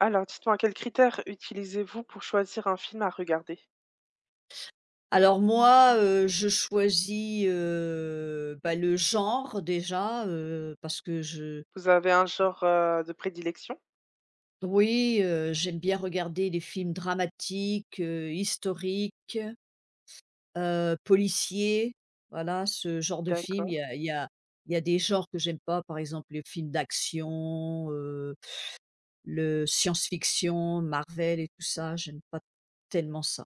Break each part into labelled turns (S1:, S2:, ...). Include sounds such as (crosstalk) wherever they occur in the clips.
S1: Alors, dites-moi, quels critères utilisez-vous pour choisir un film à regarder?
S2: Alors moi, je choisis, bah, le genre déjà, parce que je
S1: Vous avez un
S2: je
S1: genre, de prédilection?
S2: oui, j'aime bien regarder des films dramatiques, historiques, policiers, voilà ce genre de film.
S1: D'accord,
S2: Il y a il y a il y a des genres que j'aime pas, par exemple les films d'action, le science-fiction, Marvel et tout ça, j'aime pas tellement ça.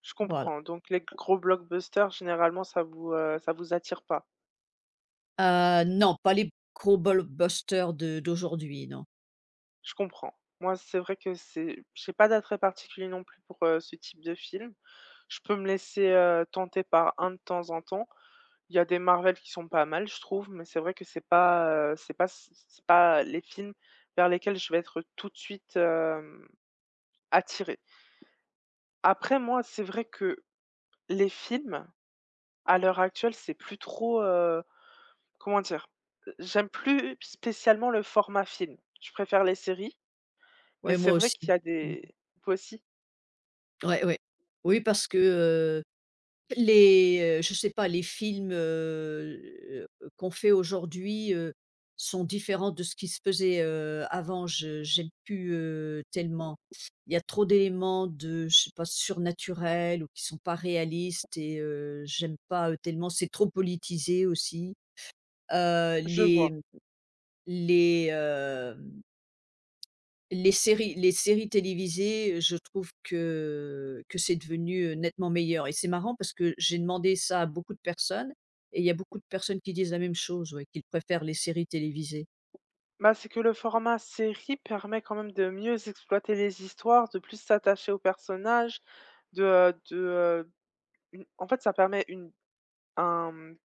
S1: je
S2: Voilà.
S1: comprends. Donc les gros blockbusters, généralement, ça vous attire pas.
S2: Non, pas les gros blockbusters de d'aujourd'hui, non.
S1: Je comprends. Moi, c'est vrai que c'est j'ai pas d'attrait particulier non plus pour, ce type de film. Je peux me laisser, tenter par un de temps en temps. Il y a des Marvel qui sont pas mal, je trouve, mais c'est vrai que c'est pas les films vers lesquels je vais être tout de suite attiré. Après moi, c'est vrai que les films, à l'heure actuelle, c'est plus trop, comment dire? J'aime plus spécialement le format film. Je préfère les séries, mais
S2: Ouais,
S1: c'est
S2: moi
S1: vrai
S2: aussi.
S1: qu'il y a
S2: Mmh.
S1: des Toi aussi?
S2: Ouais, ouais. Oui, parce que les, je sais pas, les films, qu'on fait aujourd'hui, sont différents de ce qui se faisait, avant. Je j'aime plus, tellement. Il y a trop d'éléments de, je sais pas, surnaturels ou qui sont pas réalistes et j'aime pas, tellement. C'est trop politisé aussi. Heu,
S1: Je
S2: les
S1: vois.
S2: les, euh, les séries télévisées, je trouve que c'est devenu nettement meilleur et c'est marrant parce que j'ai demandé ça à beaucoup de personnes et il y a beaucoup de personnes qui disent la même chose, ouais, qu'ils préfèrent les séries télévisées.
S1: Bah, c'est que le format série permet quand même de mieux exploiter les histoires, de plus s'attacher aux personnages, de, une en fait, ça permet une un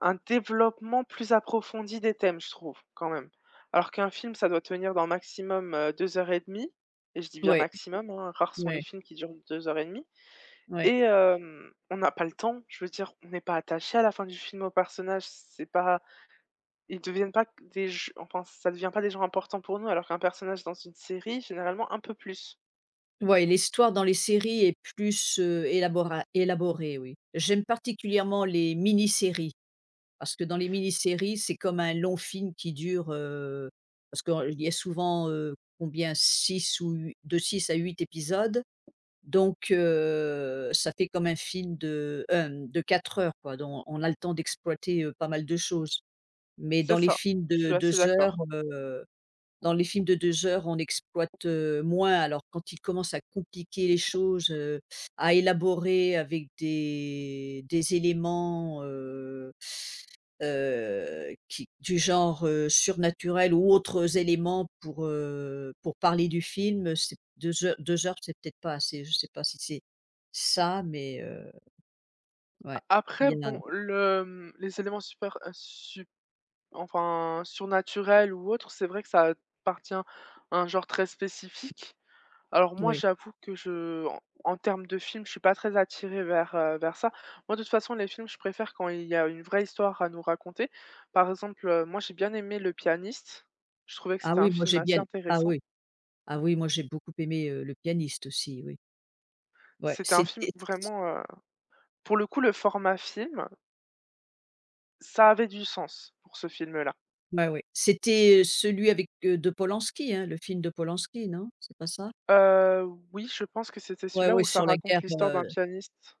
S1: un développement plus approfondi des thèmes, je trouve, quand même. Alors qu'un film, ça doit tenir dans maximum, 2 heures et demie, et je dis bien
S2: Ouais,
S1: maximum, hein, rares sont les
S2: ouais,
S1: films qui durent 2 heures et demie
S2: ouais.
S1: et on n'a pas le temps. Je veux dire, on n'est pas attaché à la fin du film aux personnages, c'est pas ils deviennent pas q des j enfin, ça devient pas des gens importants pour nous, alors qu'un personnage dans une série, généralement, un peu plus.
S2: Ouais, l'histoire dans les séries est plus, élabora élaborée, oui. J'aime particulièrement les mini-séries parce que dans les mini-séries, c'est comme un long film qui dure, parce qu'il y a souvent, combien? Six ou hu De 6 à 8 épisodes. Donc ça fait comme un film de 4 heures, quoi. Donc, on a le temps d'exploiter, pas mal de choses. Mais
S1: C'est
S2: dans les
S1: ça,
S2: films
S1: je
S2: de
S1: suis assez
S2: 2 heures,
S1: d'accord.
S2: heu, Dans les films de 2 heures, on exploite, moins. Alors quand ils commencent à compliquer les choses, à élaborer avec des éléments, qui du genre, surnaturel ou autres éléments pour parler du film, c'est 2 heures, c'est peut-être pas assez. Je sais pas si c'est ça, mais ouais,
S1: A
S2: il
S1: après
S2: y en
S1: bon,
S2: a.
S1: les éléments super, sup enfin surnaturels ou autres, c'est vrai que ça appartient à un genre très spécifique. Alors moi,
S2: Oui.
S1: j'avoue que je en en termes de films, je suis pas très attirée vers ça. Moi, de toute façon, les films, je préfère quand il y a une vraie histoire à nous raconter. Par exemple, moi, j'ai bien aimé Le Pianiste. Je trouvais que
S2: Ah
S1: c'était un
S2: oui, moi
S1: film
S2: j'ai
S1: assez
S2: bien ah
S1: intéressant.
S2: oui, ah oui, moi j'ai beaucoup aimé, Le Pianiste aussi, oui. Ouais,
S1: C'était un film
S2: c'était
S1: vraiment, pour le coup, le format film, ça avait du sens pour ce film-là.
S2: ouais, ouais. C'était, celui avec, de Polanski, hein, le film de Polanski, non? C'est pas ça?
S1: Heu, oui, je pense que c'était
S2: Ouais,
S1: celui-là
S2: ouais,
S1: où ça
S2: sur la
S1: raconte
S2: guerre,
S1: l'histoire d'un pianiste.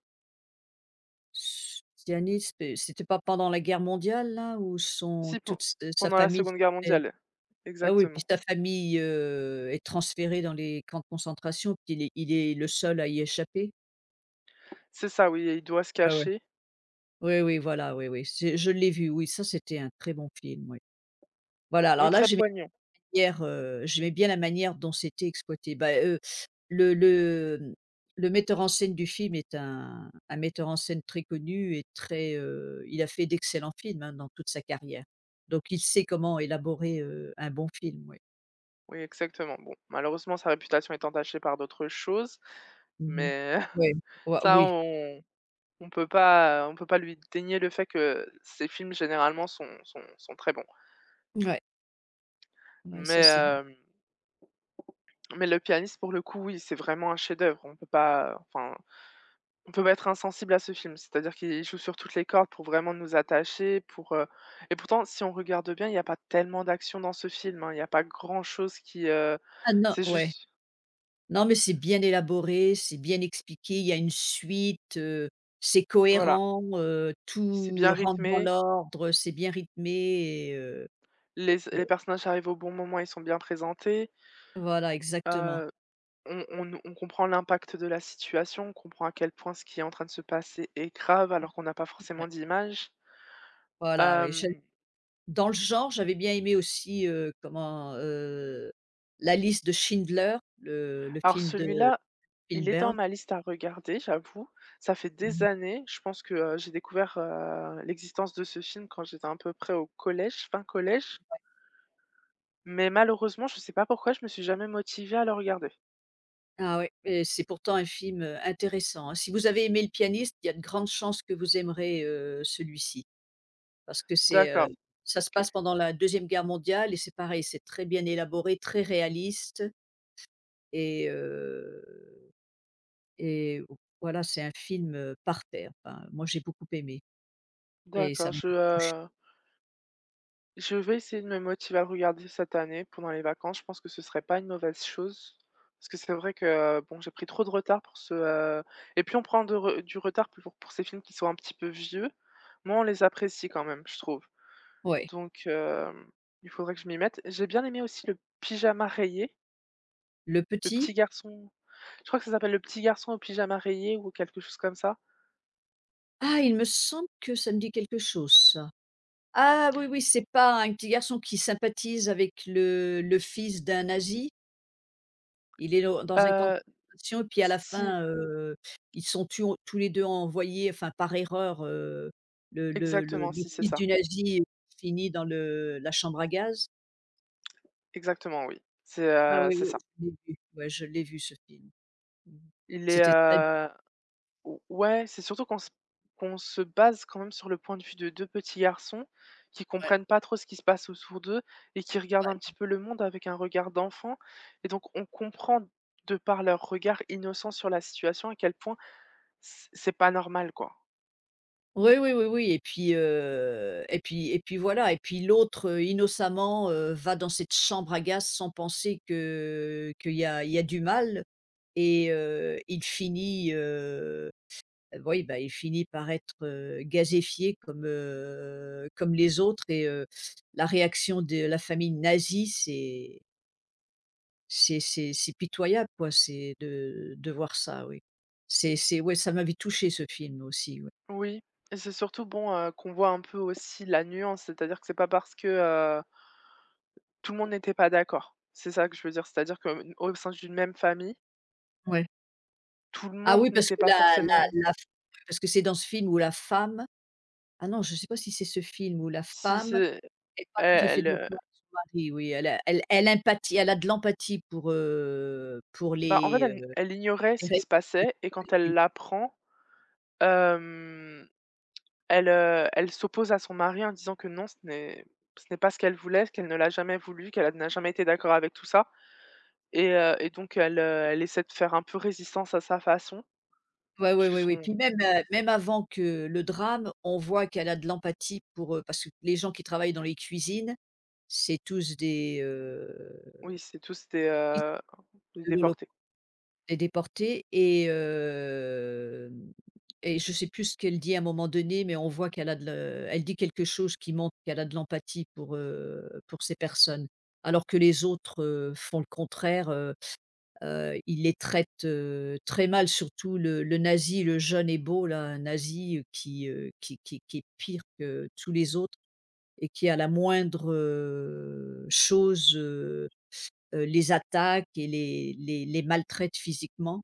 S2: Sionistes, c'était pas pendant la guerre mondiale là où son
S1: Si, pe
S2: toute s sa
S1: pendant la
S2: famille se
S1: Seconde Guerre
S2: fait.
S1: mondiale.
S2: Ah oui, puis
S1: Exactement.
S2: sa famille, est transférée dans les camps de concentration, puis il est le seul à y échapper?
S1: C'est ça, oui, et il doit se
S2: Ah ouais.
S1: cacher.
S2: Oui, oui, voilà, oui, oui, c'est je l'ai vu, oui, ça c'était un très bon film, oui. Voilà,
S1: Oui, très poignant.
S2: j'aimais bien la manière dont c'était exploité. Bah, le le, mmh, le metteur en scène du film est un metteur en scène très connu et très, il a fait d'excellents films, hein, dans toute sa carrière. Donc il sait comment élaborer, un bon film, oui.
S1: Oui, exactement. Bon, malheureusement, sa réputation est entachée par d'autres choses,
S2: Mmh.
S1: mais (laughs)
S2: Ouais, ouais,
S1: ça,
S2: oui,
S1: on peut pas lui dénier le fait que ses films, généralement, sont très bons.
S2: ouais, ouais, ça
S1: Mais
S2: c'est bon.
S1: hem, mais Le Pianiste, pour le coup, oui, c'est vraiment un chef-d'œuvre. On peut pas, enfin, on peut pas être insensible à ce film. C'est-à-dire qu'il joue sur toutes les cordes pour vraiment nous attacher. Et pourtant, si on regarde bien, il n'y a pas tellement d'action dans ce film, hein. Il n'y a pas grand-chose qui,
S2: Ah non,
S1: c'est
S2: ouais,
S1: juste
S2: non, mais c'est bien élaboré, c'est bien expliqué, il y a une suite, c'est
S1: Voilà,
S2: cohérent,
S1: c'est
S2: tout
S1: bien
S2: rentre dans
S1: rythmé
S2: l'ordre, c'est bien rythmé.
S1: Les les personnages arrivent au bon moment, ils sont bien présentés,
S2: Voilà, exactement.
S1: heu, on comprend l'impact de la situation, on comprend à quel point ce qui est en train de se passer est grave alors qu'on n'a pas
S2: Ouais.
S1: forcément d'image.
S2: Voilà, oui, j'ai
S1: Hem,
S2: dans le genre, j'avais bien aimé aussi, comment, La Liste de Schindler, le
S1: alors
S2: film de
S1: celui-là, il est dans
S2: Spielberg.
S1: ma liste à regarder, j'avoue. Ça fait des
S2: Mmh.
S1: années, je pense que, j'ai découvert, l'existence de ce film quand j'étais à peu près au collège, fin collège, mais malheureusement, je ne sais pas pourquoi, je me suis jamais motivée à le regarder.
S2: Ah oui, et c'est pourtant un film, intéressant, hein. Si vous avez aimé Le Pianiste, il y a de grandes chances que vous aimerez, celui-ci parce que
S1: D'accord,
S2: ça se
S1: OK.
S2: passe pendant la Deuxième Guerre mondiale et c'est pareil, c'est très bien élaboré, très réaliste et heu et voilà, c'est un film, parfait. Enfin, moi, j'ai beaucoup aimé et
S1: D'accord,
S2: ça m'a
S1: je,
S2: beaucoup touchée.
S1: heu Je vais essayer de me motiver à regarder cette année pendant les vacances. Je pense que ce serait pas une mauvaise chose. Parce que c'est vrai que bon, j'ai pris trop de retard pour et puis on prend de re du retard pour ces films qui sont un petit peu vieux. Moi on les apprécie quand même, je trouve.
S2: Ouais,
S1: Donc, il faudrait que je m'y mette. J'ai bien aimé aussi le pyjama rayé,
S2: le
S1: le petit
S2: petit?
S1: garçon. Je crois que ça s'appelle Le petit garçon au pyjama rayé ou quelque chose comme ça.
S2: Ah, il me semble que ça me dit quelque chose, ça. Ah oui, oui, c'est pas un petit garçon qui sympathise avec le fils d'un nazi? Il est dans un camp de
S1: Heu,
S2: concentration et puis à la
S1: si
S2: fin, ils sont tu tous les 2 envoyés, enfin par erreur, le le le
S1: exactement,
S2: le
S1: si c'est
S2: fils
S1: ça.
S2: du nazi finit dans le la chambre à gaz.
S1: Exactement, oui, c'est,
S2: Ah
S1: heu,
S2: oui,
S1: c'est
S2: oui,
S1: ça.
S2: je l'ai vu, ouais, je l'ai vu ce film. Mmh.
S1: Il est,
S2: C'était très Ouais,
S1: Ou ouais, c'est surtout qu'on se base quand même sur le point de vue de 2 petits garçons qui
S2: ouais.
S1: comprennent pas trop ce qui se passe autour d'eux et qui regardent un petit peu le monde avec un regard d'enfant. Et donc on comprend, de par leur regard innocent sur la situation, à quel point c'est pas normal, quoi.
S2: Oui, oui, oui, oui, et puis, voilà, et puis l'autre, innocemment, va dans cette chambre à gaz sans penser que qu'il y a il y a du mal et il finit, oui, bah, il finit par être, gazéfié comme, comme les autres et la réaction de la famille nazie, c'est pitoyable, quoi, c'est de voir ça, oui. C'est Ouais, ça m'avait touché ce film aussi, ouais.
S1: Oui, et c'est surtout bon, qu'on voit un peu aussi la nuance, c'est-à-dire que c'est pas parce que, heu, tout le monde n'était pas d'accord. C'est ça que je veux dire, c'est-à-dire que, au sein d'une même famille,
S2: Ouais.
S1: tout le
S2: Ah
S1: monde
S2: oui,
S1: n'était pas forcément
S2: parce que c'est dans ce film où la femme ah non, je ne sais pas si c'est ce film où la
S1: si
S2: femme
S1: c'est
S2: est pas tout à fait
S1: elle,
S2: d'accord avec son mari, oui, elle a elle elle empathie elle a de l'empathie pour
S1: Bah, en fait, elle ignorait
S2: les
S1: ce qui se passait, et quand elle
S2: rescapés.
S1: l'apprend, hem, elle s'oppose à son mari en disant que non, ce n'est pas ce qu'elle voulait, qu'elle ne l'a jamais voulu, qu'elle n'a jamais été d'accord avec tout ça, et donc elle essaie de faire un peu résistance à sa façon
S2: Ouais, ouais,
S1: puisque
S2: ouais, oui,
S1: son
S2: puis même, même avant que le drame, on voit qu'elle a de l'empathie parce que les gens qui travaillent dans les cuisines, c'est tous des,
S1: Oui, c'est tous des
S2: de l'Holocauste.
S1: déportés.
S2: Des déportés et je sais plus ce qu'elle dit à un moment donné, mais on voit qu'elle a de le elle dit quelque chose qui montre qu'elle a de l'empathie pour ces personnes. Alors que les autres, font le contraire, ils les traitent, très mal, surtout le nazi, le jeune et beau là, un nazi, qui est pire que tous les autres et qui à la moindre, chose, les attaque et les maltraite physiquement.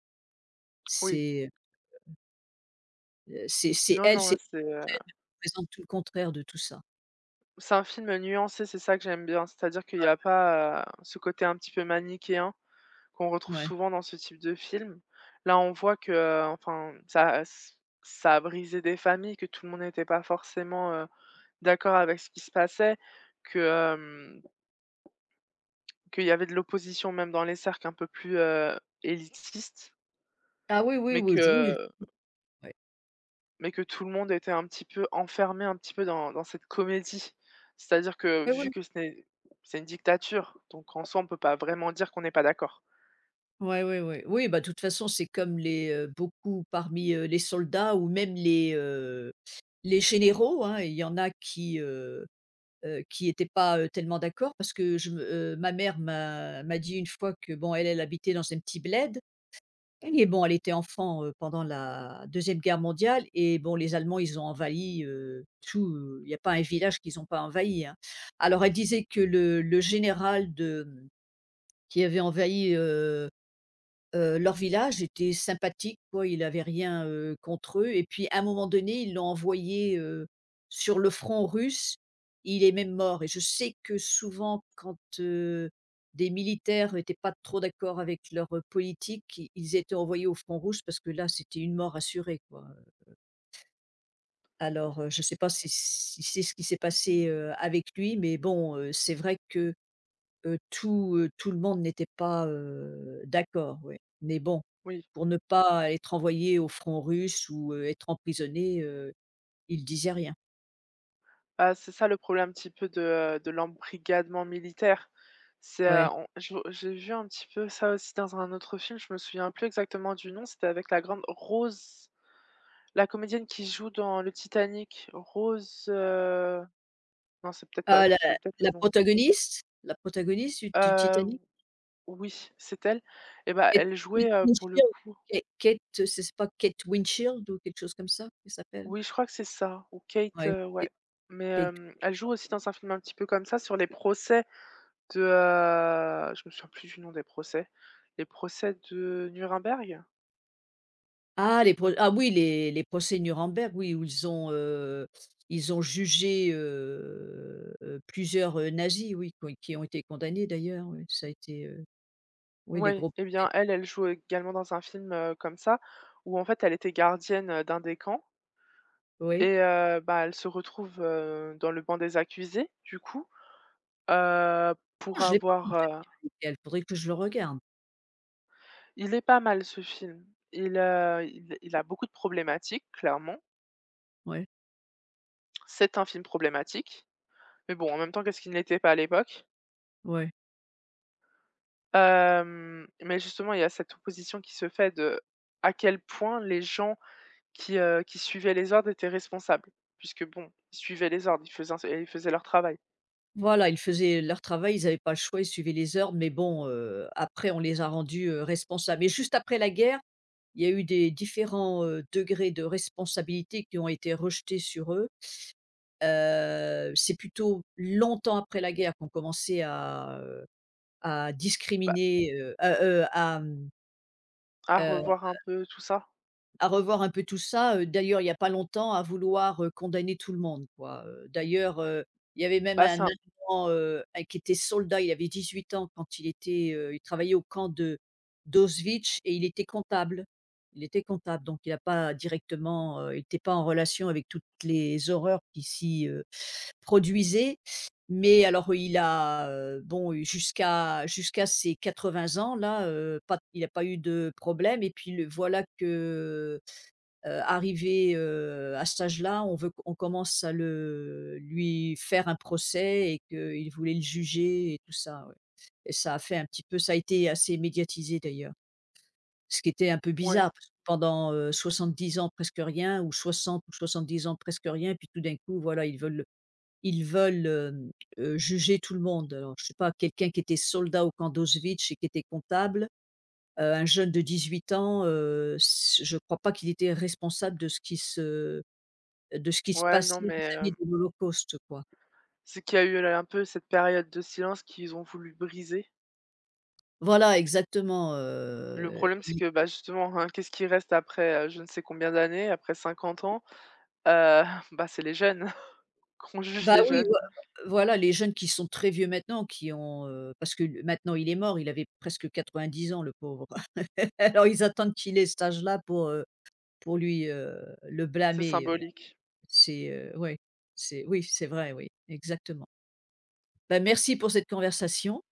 S1: Oui.
S2: C'est, c'est
S1: Non,
S2: elle,
S1: non,
S2: c'est
S1: c'est, heu,
S2: Elle représente tout le contraire de tout ça.
S1: c'est un film nuancé, c'est ça que j'aime bien. C'est-à-dire qu'il y a pas, ce côté un petit peu manichéen qu'on retrouve
S2: Ouais.
S1: souvent dans ce type de film. Là, on voit que, enfin, ça a brisé des familles, que tout le monde n'était pas forcément, d'accord avec ce qui se passait, que, qu'il y avait de l'opposition même dans les cercles un peu plus, élitistes,
S2: Ah oui, oui,
S1: mais
S2: oui,
S1: que
S2: je oui, ouais.
S1: mais que tout le monde était un petit peu enfermé un petit peu dans cette comédie. C'est-à-dire que
S2: Oui, oui.
S1: vu que ce n'est c'est une dictature, donc en soi, on peut pas vraiment dire qu'on n'est pas d'accord.
S2: Ouais, ouais, ouais. Oui, bah, de toute façon, c'est comme beaucoup parmi, les soldats ou même les généraux, hein. Il y en a qui n'étaient pas, tellement d'accord parce que ma mère m'a dit une fois que bon, elle, elle habitait dans un petit bled. Et bon, elle était enfant, pendant la Deuxième Guerre mondiale et bon, les Allemands, ils ont envahi, tout, il y a pas un village qu'ils n'ont pas envahi, hein. Alors elle disait que le général de, qui avait envahi, leur village était sympathique, quoi, il n'avait rien, contre eux et puis à un moment donné, ils l'ont envoyé, sur le front russe. Il est même mort et je sais que souvent quand, des militaires étaient pas trop d'accord avec leur, politique, i ils étaient envoyés au front russe parce que là, c'était une mort assurée, quoi. Alors, je ne sais pas si c'est ce qui s'est passé, avec lui, mais bon, c'est vrai que tout le monde n'était pas, d'accord, oui. Mais bon,
S1: Oui.
S2: pour ne pas être envoyé au front russe ou, être emprisonné, ils disaient rien.
S1: Bah, c'est ça le problème un petit peu de l'embrigadement militaire. C'est,
S2: Ouais.
S1: on je j'ai vu un petit peu ça aussi dans un autre film, je me souviens plus exactement du nom, c'était avec la grande Rose, la comédienne qui joue dans le Titanic. Rose, non, c'est peut-être pas
S2: Ah, la
S1: c'est peut-être le
S2: la
S1: nom.
S2: protagoniste la protagoniste du
S1: Heu,
S2: Titanic,
S1: oui, c'est elle. Et bah,
S2: Kate
S1: elle
S2: Kate
S1: jouait, pour le
S2: Winshield,
S1: coup,
S2: C'est pas Kate Winshield ou quelque chose comme ça qu'elle s'appelle?
S1: oui, je crois que c'est ça. Ou Kate,
S2: Ouais,
S1: heu, ouais,
S2: Kate
S1: mais,
S2: Kate
S1: hem, elle joue
S2: Winshield.
S1: aussi dans un film un petit peu comme ça sur les procès. Je me souviens plus du nom des procès. Les procès de Nuremberg?
S2: Ah les pro Ah oui, les procès Nuremberg, oui, où ils ont jugé, plusieurs, nazis, oui, qui ont été condamnés d'ailleurs, oui. Ça a été, oui, les
S1: Oui.
S2: gros
S1: Eh bien, elle, elle joue également dans un film, comme ça, où en fait, elle était gardienne, d'un des camps,
S2: oui.
S1: et bah, elle se retrouve, dans le banc des accusés, du coup,
S2: Oh,
S1: pour
S2: je l'ai pas vu,
S1: avoir, heu
S2: il faudrait que je le regarde.
S1: il est pas mal ce film. Il a beaucoup de problématiques, clairement.
S2: Ouais,
S1: C'est un film problématique, mais bon, en même temps, qu'est-ce qu'il n'était pas à l'époque?
S2: ouais.
S1: Mais justement, il y a cette opposition qui se fait de à quel point les gens qui suivaient les ordres étaient responsables. Puisque bon, ils suivaient les ordres, ils faisaient leur travail.
S2: Voilà, ils faisaient leur travail, ils avaient pas le choix, ils suivaient les ordres, mais bon, après on les a rendus, responsables. Et juste après la guerre, il y a eu des différents, degrés de responsabilité qui ont été rejetés sur eux. C'est plutôt longtemps après la guerre qu'on commençait à
S1: Bah,
S2: discriminer,
S1: à revoir un peu tout ça.
S2: à revoir un peu tout ça, d'ailleurs il y a pas longtemps à vouloir, condamner tout le monde, quoi, d'ailleurs, il y avait même
S1: Bah,
S2: un
S1: c'est un
S2: Allemand, un qui était soldat, il avait 18 ans quand il était, il travaillait au camp de d'Auschwitz et il était comptable. Il était comptable donc il n'a pas directement, il était pas en relation avec toutes les horreurs qui s'y produisait. Mais alors, il a, bon, eu jusqu'à ses 80 ans là, pas il n'a pas eu de problème et puis le voilà que, arrivé, à cet âge-là, on commence à le lui faire un procès et qu'il voulait le juger et tout ça, ouais. Et ça a fait un petit peu Ça a été assez médiatisé d'ailleurs. Ce qui était un peu
S1: Ouais,
S2: bizarre parce que pendant, 70 ans presque rien ou 60 ou 70 ans presque rien et puis tout d'un coup voilà, ils veulent, juger tout le monde. Alors je sais pas, quelqu'un qui était soldat au camp d'Auschwitz et qui était comptable, un jeune de 18 ans, s je ne crois pas qu'il était responsable de ce qui se
S1: ouais, non,
S2: passait
S1: mais,
S2: vis-à-vis
S1: heu,
S2: de l'Holocauste, quoi.
S1: c'est qu'il y a eu là un peu cette période de silence qu'ils ont voulu briser.
S2: Voilà, exactement,
S1: Le problème, c'est
S2: il
S1: que, bah, justement, hein, qu'est-ce qui reste après, je ne sais combien d'années, après 50 ans? Heu, (laughs) bah, c'est les jeunes, (laughs) qu'on juge
S2: bah,
S1: les
S2: oui,
S1: jeunes.
S2: voilà, les jeunes qui sont très vieux maintenant, qui ont, parce que l maintenant il est mort, il avait presque 90 ans, le pauvre. (laughs) Alors ils attendent qu'il ait cet âge-là pour lui, le
S1: C'est
S2: blâmer.
S1: symbolique.
S2: C'est, ouais, c'est oui, c'est vrai, oui, exactement. Bah, merci pour cette conversation.